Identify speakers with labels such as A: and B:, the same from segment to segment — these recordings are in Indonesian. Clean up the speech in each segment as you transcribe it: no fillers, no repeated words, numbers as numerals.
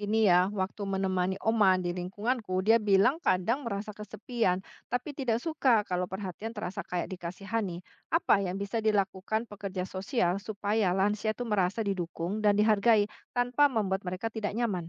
A: Gini ya, waktu menemani Oma di lingkunganku, dia bilang kadang merasa kesepian, tapi tidak suka kalau perhatian terasa kayak dikasihani. Apa yang bisa dilakukan pekerja sosial supaya lansia itu merasa didukung dan dihargai tanpa membuat mereka tidak nyaman?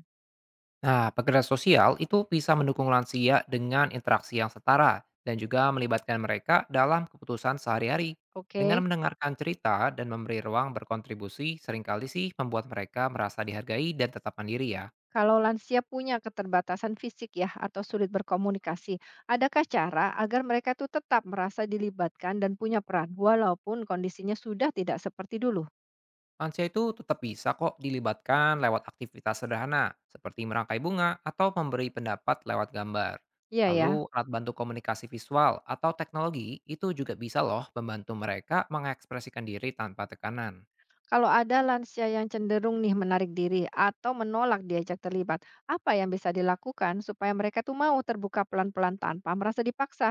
B: Nah, pekerja sosial itu bisa mendukung lansia dengan interaksi yang setara dan juga melibatkan mereka dalam keputusan sehari-hari.
A: Oke,
B: Dengan mendengarkan cerita dan memberi ruang berkontribusi, seringkali sih membuat mereka merasa dihargai dan tetap mandiri ya.
A: kalau lansia punya keterbatasan fisik ya atau sulit berkomunikasi, adakah cara agar mereka itu tetap merasa dilibatkan dan punya peran walaupun kondisinya sudah tidak seperti dulu?
B: Lansia itu tetap bisa kok dilibatkan lewat aktivitas sederhana, seperti merangkai bunga atau memberi pendapat lewat gambar.
A: Iya ya.
B: Lalu, alat bantu komunikasi visual atau teknologi itu juga bisa loh membantu mereka mengekspresikan diri tanpa tekanan.
A: Kalau ada lansia yang cenderung nih menarik diri atau menolak diajak terlibat, apa yang bisa dilakukan supaya mereka tuh mau terbuka pelan-pelan tanpa merasa dipaksa?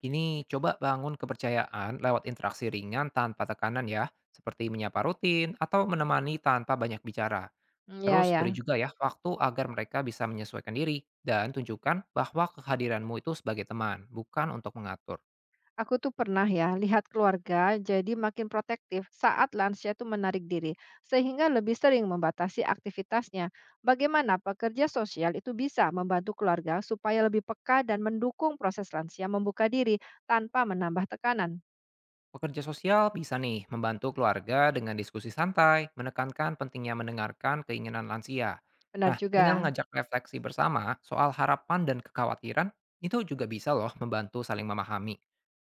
B: Kini coba bangun kepercayaan lewat interaksi ringan tanpa tekanan ya, seperti menyapa rutin atau menemani tanpa banyak bicara.
A: Hmm, ya
B: Terus beri
A: ya,
B: juga ya waktu agar mereka bisa menyesuaikan diri dan tunjukkan bahwa kehadiranmu itu sebagai teman, bukan untuk mengatur.
A: aku tuh pernah ya lihat keluarga jadi makin protektif saat lansia tuh menarik diri, sehingga lebih sering membatasi aktivitasnya. Bagaimana pekerja sosial itu bisa membantu keluarga supaya lebih peka dan mendukung proses lansia membuka diri tanpa menambah tekanan?
B: Pekerja sosial bisa nih membantu keluarga dengan diskusi santai, menekankan pentingnya mendengarkan keinginan lansia.
A: Benar
B: Nah, dengan
A: juga.
B: mengajak refleksi bersama soal harapan dan kekhawatiran, itu juga bisa loh membantu saling memahami.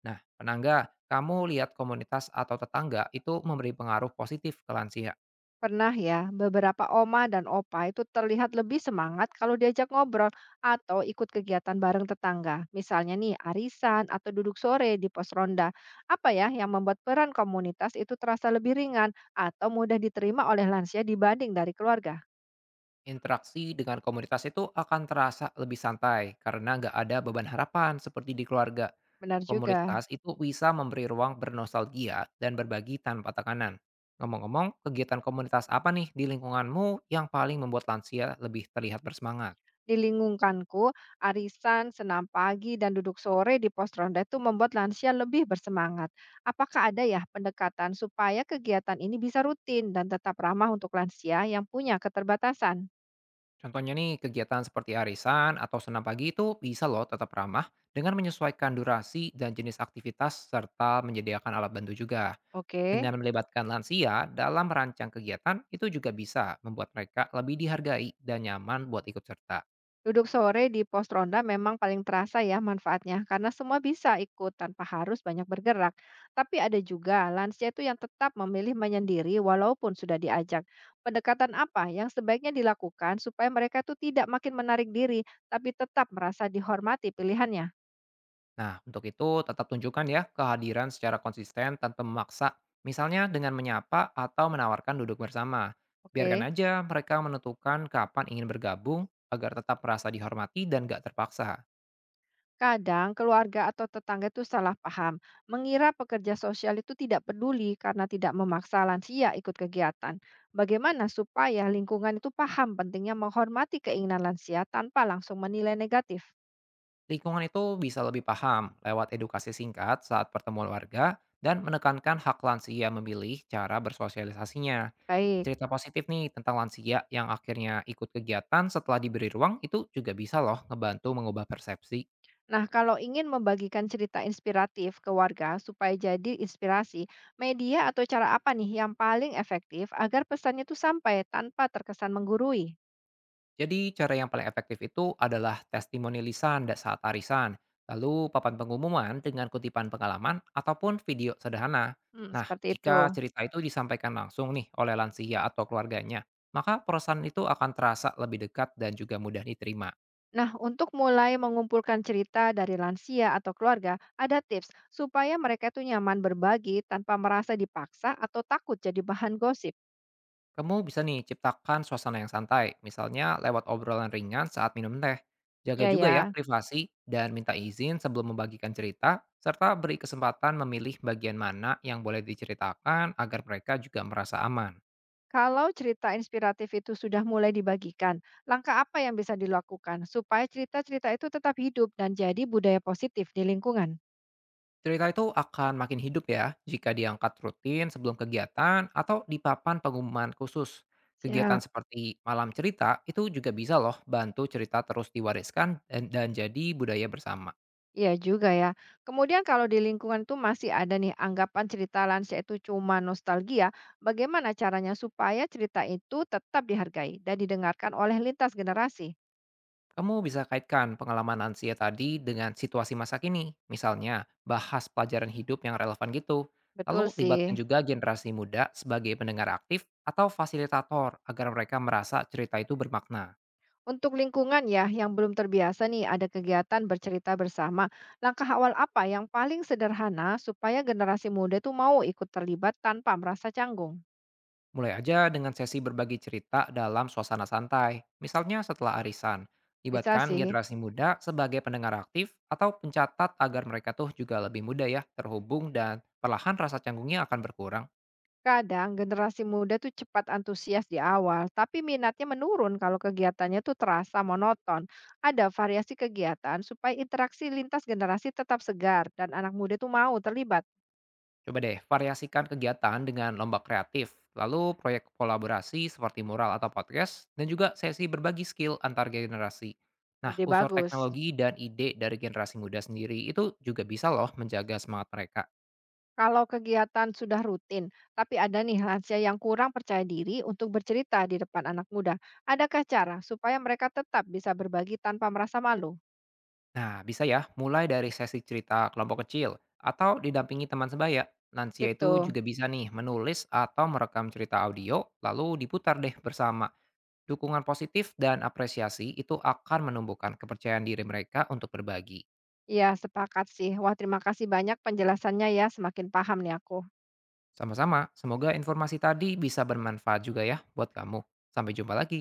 B: Nah, penangga, kamu lihat komunitas atau tetangga itu memberi pengaruh positif ke lansia.
A: Pernah ya, beberapa oma dan opa itu terlihat lebih semangat kalau diajak ngobrol atau ikut kegiatan bareng tetangga. Misalnya nih, arisan atau duduk sore di pos ronda. Apa ya yang membuat peran komunitas itu terasa lebih ringan atau mudah diterima oleh lansia dibanding dari keluarga?
B: Interaksi dengan komunitas itu akan terasa lebih santai karena nggak ada beban harapan seperti di keluarga.
A: Benar juga.
B: Komunitas itu bisa memberi ruang bernostalgia dan berbagi tanpa tekanan. Ngomong-ngomong, kegiatan komunitas apa nih di lingkunganmu yang paling membuat lansia lebih terlihat bersemangat?
A: Di lingkunganku, arisan, senam pagi, dan duduk sore di pos ronda itu membuat lansia lebih bersemangat. Apakah ada ya pendekatan supaya kegiatan ini bisa rutin dan tetap ramah untuk lansia yang punya keterbatasan?
B: Contohnya nih, kegiatan seperti arisan atau senam pagi itu bisa loh tetap ramah dengan menyesuaikan durasi dan jenis aktivitas serta menyediakan alat bantu juga.
A: Oke.
B: Dengan melibatkan lansia dalam merancang kegiatan, itu juga bisa membuat mereka lebih dihargai dan nyaman buat ikut serta.
A: Duduk sore di pos ronda memang paling terasa ya manfaatnya, karena semua bisa ikut tanpa harus banyak bergerak. Tapi ada juga lansia itu yang tetap memilih menyendiri walaupun sudah diajak. Pendekatan apa yang sebaiknya dilakukan supaya mereka itu tidak makin menarik diri, tapi tetap merasa dihormati pilihannya?
B: Nah, untuk itu tetap tunjukkan ya kehadiran secara konsisten tanpa memaksa, misalnya dengan menyapa atau menawarkan duduk bersama. Biarkan
A: Oke.
B: aja mereka menentukan kapan ingin bergabung agar tetap merasa dihormati dan gak terpaksa.
A: Kadang keluarga atau tetangga itu salah paham, mengira pekerja sosial itu tidak peduli karena tidak memaksa lansia ikut kegiatan. Bagaimana supaya lingkungan itu paham pentingnya menghormati keinginan lansia tanpa langsung menilai negatif?
B: Lingkungan itu bisa lebih paham lewat edukasi singkat saat pertemuan warga dan menekankan hak lansia memilih cara bersosialisasinya.
A: Baik.
B: Cerita positif nih tentang lansia yang akhirnya ikut kegiatan setelah diberi ruang itu juga bisa loh ngebantu mengubah persepsi.
A: Nah, kalau ingin membagikan cerita inspiratif ke warga supaya jadi inspirasi, media atau cara apa nih yang paling efektif agar pesannya itu sampai tanpa terkesan menggurui?
B: Jadi cara yang paling efektif itu adalah testimoni lisan dan saat arisan, lalu papan pengumuman dengan kutipan pengalaman ataupun video sederhana.
A: Hmm,
B: Nah,
A: seperti itu.
B: jika cerita itu disampaikan langsung nih oleh lansia atau keluarganya, maka perusahaan itu akan terasa lebih dekat dan juga mudah diterima.
A: Nah, untuk mulai mengumpulkan cerita dari lansia atau keluarga, ada tips supaya mereka itu nyaman berbagi tanpa merasa dipaksa atau takut jadi bahan gosip.
B: Kamu bisa nih ciptakan suasana yang santai, misalnya lewat obrolan ringan saat minum teh. Jaga
A: Ya
B: juga ya
A: ya,
B: privasi dan minta izin sebelum membagikan cerita, serta beri kesempatan memilih bagian mana yang boleh diceritakan agar mereka juga merasa aman.
A: kalau cerita inspiratif itu sudah mulai dibagikan, langkah apa yang bisa dilakukan supaya cerita-cerita itu tetap hidup dan jadi budaya positif di lingkungan?
B: Cerita itu akan makin hidup ya jika diangkat rutin sebelum kegiatan atau di papan pengumuman khusus. Kegiatan
A: Siap.
B: seperti malam cerita itu juga bisa loh bantu cerita terus diwariskan dan jadi budaya bersama.
A: Iya juga ya. Kemudian kalau di lingkungan tuh masih ada nih anggapan cerita lansia itu cuma nostalgia, bagaimana caranya supaya cerita itu tetap dihargai dan didengarkan oleh lintas generasi?
B: Kamu bisa kaitkan pengalaman Nancy tadi dengan situasi masa kini, misalnya bahas pelajaran hidup yang relevan gitu. Lalu
A: Betul
B: libatkan
A: sih.
B: juga generasi muda sebagai pendengar aktif atau fasilitator agar mereka merasa cerita itu bermakna.
A: Untuk lingkungan ya yang belum terbiasa nih ada kegiatan bercerita bersama, langkah awal apa yang paling sederhana supaya generasi muda tuh mau ikut terlibat tanpa merasa canggung?
B: Mulai aja dengan sesi berbagi cerita dalam suasana santai, misalnya setelah arisan.
A: Bisa
B: Libatkan
A: sih.
B: generasi muda sebagai pendengar aktif atau pencatat agar mereka tuh juga lebih muda ya terhubung dan perlahan rasa canggungnya akan berkurang.
A: Kadang generasi muda tuh cepat antusias di awal, tapi minatnya menurun kalau kegiatannya tuh terasa monoton. Ada variasi kegiatan supaya interaksi lintas generasi tetap segar dan anak muda tuh mau terlibat.
B: Coba deh, variasikan kegiatan dengan lomba kreatif, lalu proyek kolaborasi seperti mural atau podcast, dan juga sesi berbagi skill antar generasi. Nah,
A: Ide
B: unsur
A: bagus.
B: teknologi dan ide dari generasi muda sendiri itu juga bisa loh menjaga semangat mereka.
A: Kalau kegiatan sudah rutin, tapi ada nih lansia yang kurang percaya diri untuk bercerita di depan anak muda. Adakah cara supaya mereka tetap bisa berbagi tanpa merasa malu?
B: Nah, bisa ya, mulai dari sesi cerita kelompok kecil atau didampingi teman sebaya. Lansia
A: Sip
B: itu
A: tuh.
B: juga bisa nih menulis atau merekam cerita audio, lalu diputar deh bersama. Dukungan positif dan apresiasi itu akan menumbuhkan kepercayaan diri mereka untuk berbagi.
A: Iya, sepakat sih. Wah, terima kasih banyak penjelasannya ya. Semakin paham nih aku.
B: Sama-sama, semoga informasi tadi bisa bermanfaat juga ya buat kamu. Sampai jumpa lagi.